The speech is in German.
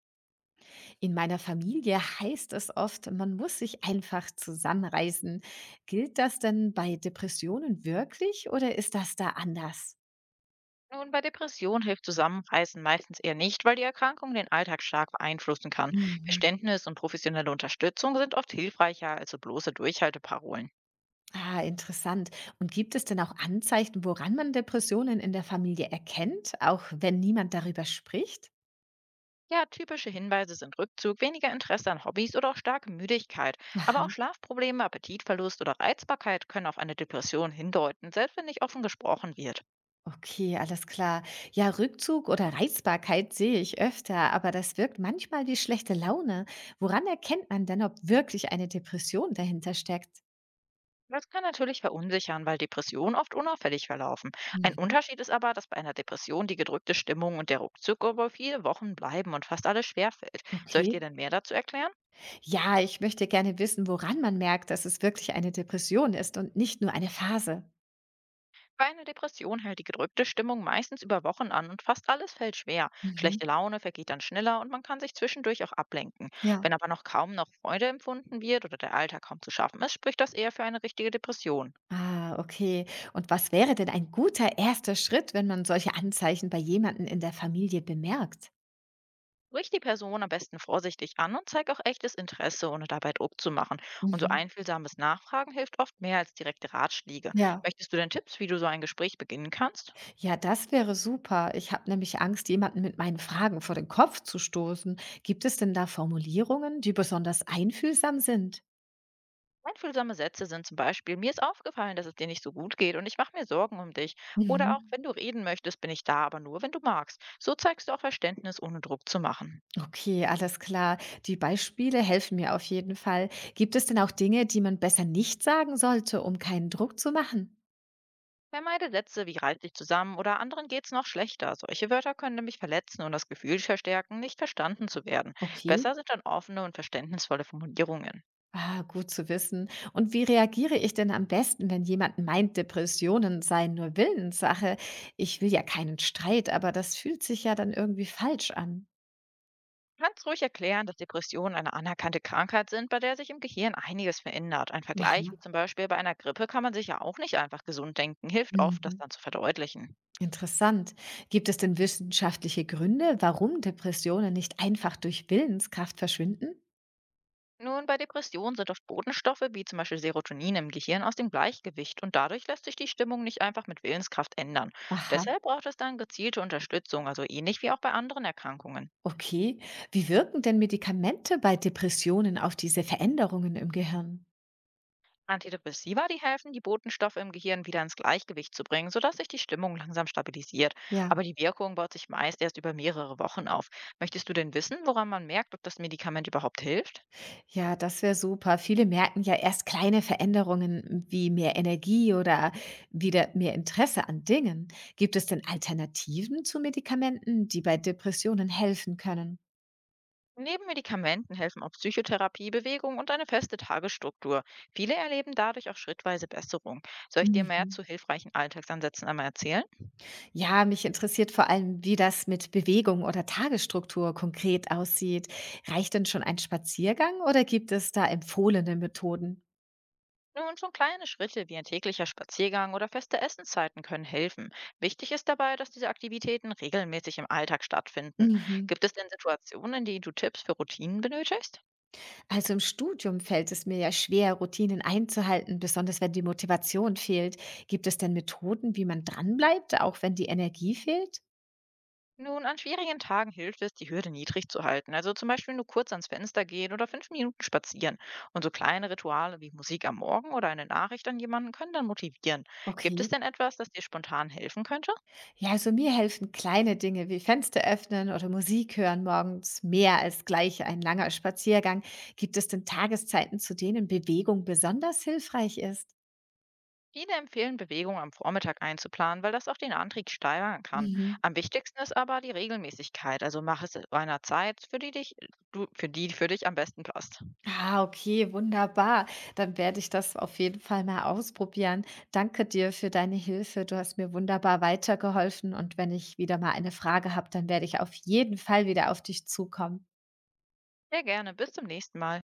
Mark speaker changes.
Speaker 1: In meiner Familie heißt es oft, man muss sich einfach zusammenreißen. Gilt das denn bei Depressionen wirklich oder ist das da anders?
Speaker 2: Nun, bei Depression hilft Zusammenreißen meistens eher nicht, weil die Erkrankung den Alltag stark beeinflussen kann.
Speaker 1: Mhm.
Speaker 2: Verständnis und professionelle Unterstützung sind oft hilfreicher als so bloße Durchhalteparolen.
Speaker 1: Ah, interessant. Und gibt es denn auch Anzeichen, woran man Depressionen in der Familie erkennt, auch wenn niemand darüber spricht?
Speaker 2: Ja, typische Hinweise sind Rückzug, weniger Interesse an Hobbys oder auch starke Müdigkeit. Aber
Speaker 1: Aha,
Speaker 2: auch Schlafprobleme, Appetitverlust oder Reizbarkeit können auf eine Depression hindeuten, selbst wenn nicht offen gesprochen wird.
Speaker 1: okay, alles klar. Ja, Rückzug oder Reizbarkeit sehe ich öfter, aber das wirkt manchmal wie schlechte Laune. Woran erkennt man denn, ob wirklich eine Depression dahinter steckt?
Speaker 2: Das kann natürlich verunsichern, weil Depressionen oft unauffällig verlaufen. Ein
Speaker 1: Mhm.
Speaker 2: Unterschied ist aber, dass bei einer Depression die gedrückte Stimmung und der Ruckzuck über viele Wochen bleiben und fast alles schwerfällt. Soll ich
Speaker 1: Okay.
Speaker 2: dir denn mehr dazu erklären?
Speaker 1: Ja, ich möchte gerne wissen, woran man merkt, dass es wirklich eine Depression ist und nicht nur eine Phase.
Speaker 2: Bei einer Depression hält die gedrückte Stimmung meistens über Wochen an und fast alles fällt schwer.
Speaker 1: Mhm.
Speaker 2: Schlechte Laune vergeht dann schneller und man kann sich zwischendurch auch ablenken.
Speaker 1: Ja.
Speaker 2: Wenn aber noch kaum noch Freude empfunden wird oder der Alltag kaum zu schaffen ist, spricht das eher für eine richtige Depression.
Speaker 1: Ah, okay. Und was wäre denn ein guter erster Schritt, wenn man solche Anzeichen bei jemandem in der Familie bemerkt?
Speaker 2: Sprich die Person am besten vorsichtig an und zeig auch echtes Interesse, ohne dabei Druck zu machen. Und so
Speaker 1: Mhm.
Speaker 2: einfühlsames Nachfragen hilft oft mehr als direkte Ratschläge.
Speaker 1: Ja.
Speaker 2: Möchtest du denn Tipps, wie du so ein Gespräch beginnen kannst?
Speaker 1: Ja, das wäre super. Ich habe nämlich Angst, jemanden mit meinen Fragen vor den Kopf zu stoßen. Gibt es denn da Formulierungen, die besonders einfühlsam sind?
Speaker 2: Einfühlsame Sätze sind zum Beispiel: Mir ist aufgefallen, dass es dir nicht so gut geht und ich mache mir Sorgen um dich. Oder auch:
Speaker 1: Mhm.
Speaker 2: Wenn du reden möchtest, bin ich da, aber nur, wenn du magst. So zeigst du auch Verständnis, ohne Druck zu machen.
Speaker 1: Okay, alles klar. Die Beispiele helfen mir auf jeden Fall. Gibt es denn auch Dinge, die man besser nicht sagen sollte, um keinen Druck zu machen?
Speaker 2: Vermeide Sätze wie „reiß dich zusammen" oder „anderen geht's noch schlechter". Solche Wörter können nämlich verletzen und das Gefühl verstärken, nicht verstanden zu werden.
Speaker 1: Okay.
Speaker 2: Besser sind dann offene und verständnisvolle Formulierungen.
Speaker 1: Ah, gut zu wissen. Und wie reagiere ich denn am besten, wenn jemand meint, Depressionen seien nur Willenssache? Ich will ja keinen Streit, aber das fühlt sich ja dann irgendwie falsch an.
Speaker 2: Kannst ruhig erklären, dass Depressionen eine anerkannte Krankheit sind, bei der sich im Gehirn einiges verändert. Ein Vergleich
Speaker 1: Aha.
Speaker 2: wie zum Beispiel: Bei einer Grippe kann man sich ja auch nicht einfach gesund denken, hilft oft, das
Speaker 1: Mhm.
Speaker 2: dann zu verdeutlichen.
Speaker 1: Interessant. Gibt es denn wissenschaftliche Gründe, warum Depressionen nicht einfach durch Willenskraft verschwinden?
Speaker 2: Nun, bei Depressionen sind oft Botenstoffe wie zum Beispiel Serotonin im Gehirn aus dem Gleichgewicht und dadurch lässt sich die Stimmung nicht einfach mit Willenskraft ändern.
Speaker 1: Aha.
Speaker 2: Deshalb braucht es dann gezielte Unterstützung, also ähnlich wie auch bei anderen Erkrankungen.
Speaker 1: Okay, wie wirken denn Medikamente bei Depressionen auf diese Veränderungen im Gehirn?
Speaker 2: Antidepressiva, die helfen, die Botenstoffe im Gehirn wieder ins Gleichgewicht zu bringen, sodass sich die Stimmung langsam stabilisiert.
Speaker 1: Ja,
Speaker 2: Aber die Wirkung baut sich meist erst über mehrere Wochen auf. Möchtest du denn wissen, woran man merkt, ob das Medikament überhaupt hilft?
Speaker 1: Ja, das wäre super. Viele merken ja erst kleine Veränderungen wie mehr Energie oder wieder mehr Interesse an Dingen. Gibt es denn Alternativen zu Medikamenten, die bei Depressionen helfen können?
Speaker 2: Neben Medikamenten helfen auch Psychotherapie, Bewegung und eine feste Tagesstruktur. Viele erleben dadurch auch schrittweise Besserung. Soll ich dir mehr
Speaker 1: Mhm.
Speaker 2: zu hilfreichen Alltagsansätzen einmal erzählen?
Speaker 1: Ja, mich interessiert vor allem, wie das mit Bewegung oder Tagesstruktur konkret aussieht. Reicht denn schon ein Spaziergang oder gibt es da empfohlene Methoden?
Speaker 2: Nun, schon kleine Schritte wie ein täglicher Spaziergang oder feste Essenszeiten können helfen. Wichtig ist dabei, dass diese Aktivitäten regelmäßig im Alltag stattfinden.
Speaker 1: Mhm.
Speaker 2: Gibt es denn Situationen, in denen du Tipps für Routinen benötigst?
Speaker 1: Also im Studium fällt es mir ja schwer, Routinen einzuhalten, besonders wenn die Motivation fehlt. Gibt es denn Methoden, wie man dranbleibt, auch wenn die Energie fehlt?
Speaker 2: Nun, an schwierigen Tagen hilft es, die Hürde niedrig zu halten. Also zum Beispiel nur kurz ans Fenster gehen oder 5 Minuten spazieren. Und so kleine Rituale wie Musik am Morgen oder eine Nachricht an jemanden können dann motivieren. Gibt es
Speaker 1: Okay.
Speaker 2: denn etwas, das dir spontan helfen könnte?
Speaker 1: Ja, also mir helfen kleine Dinge wie Fenster öffnen oder Musik hören morgens mehr als gleich ein langer Spaziergang. Gibt es denn Tageszeiten, zu denen Bewegung besonders hilfreich ist?
Speaker 2: Viele empfehlen, Bewegungen am Vormittag einzuplanen, weil das auch den Antrieb steigern kann.
Speaker 1: Mhm.
Speaker 2: Am wichtigsten ist aber die Regelmäßigkeit. Also mach es zu einer Zeit, für die, dich, du, für die für dich am besten passt.
Speaker 1: Ah, okay, wunderbar. Dann werde ich das auf jeden Fall mal ausprobieren. Danke dir für deine Hilfe. Du hast mir wunderbar weitergeholfen. Und wenn ich wieder mal eine Frage habe, dann werde ich auf jeden Fall wieder auf dich zukommen.
Speaker 2: Sehr gerne. Bis zum nächsten Mal.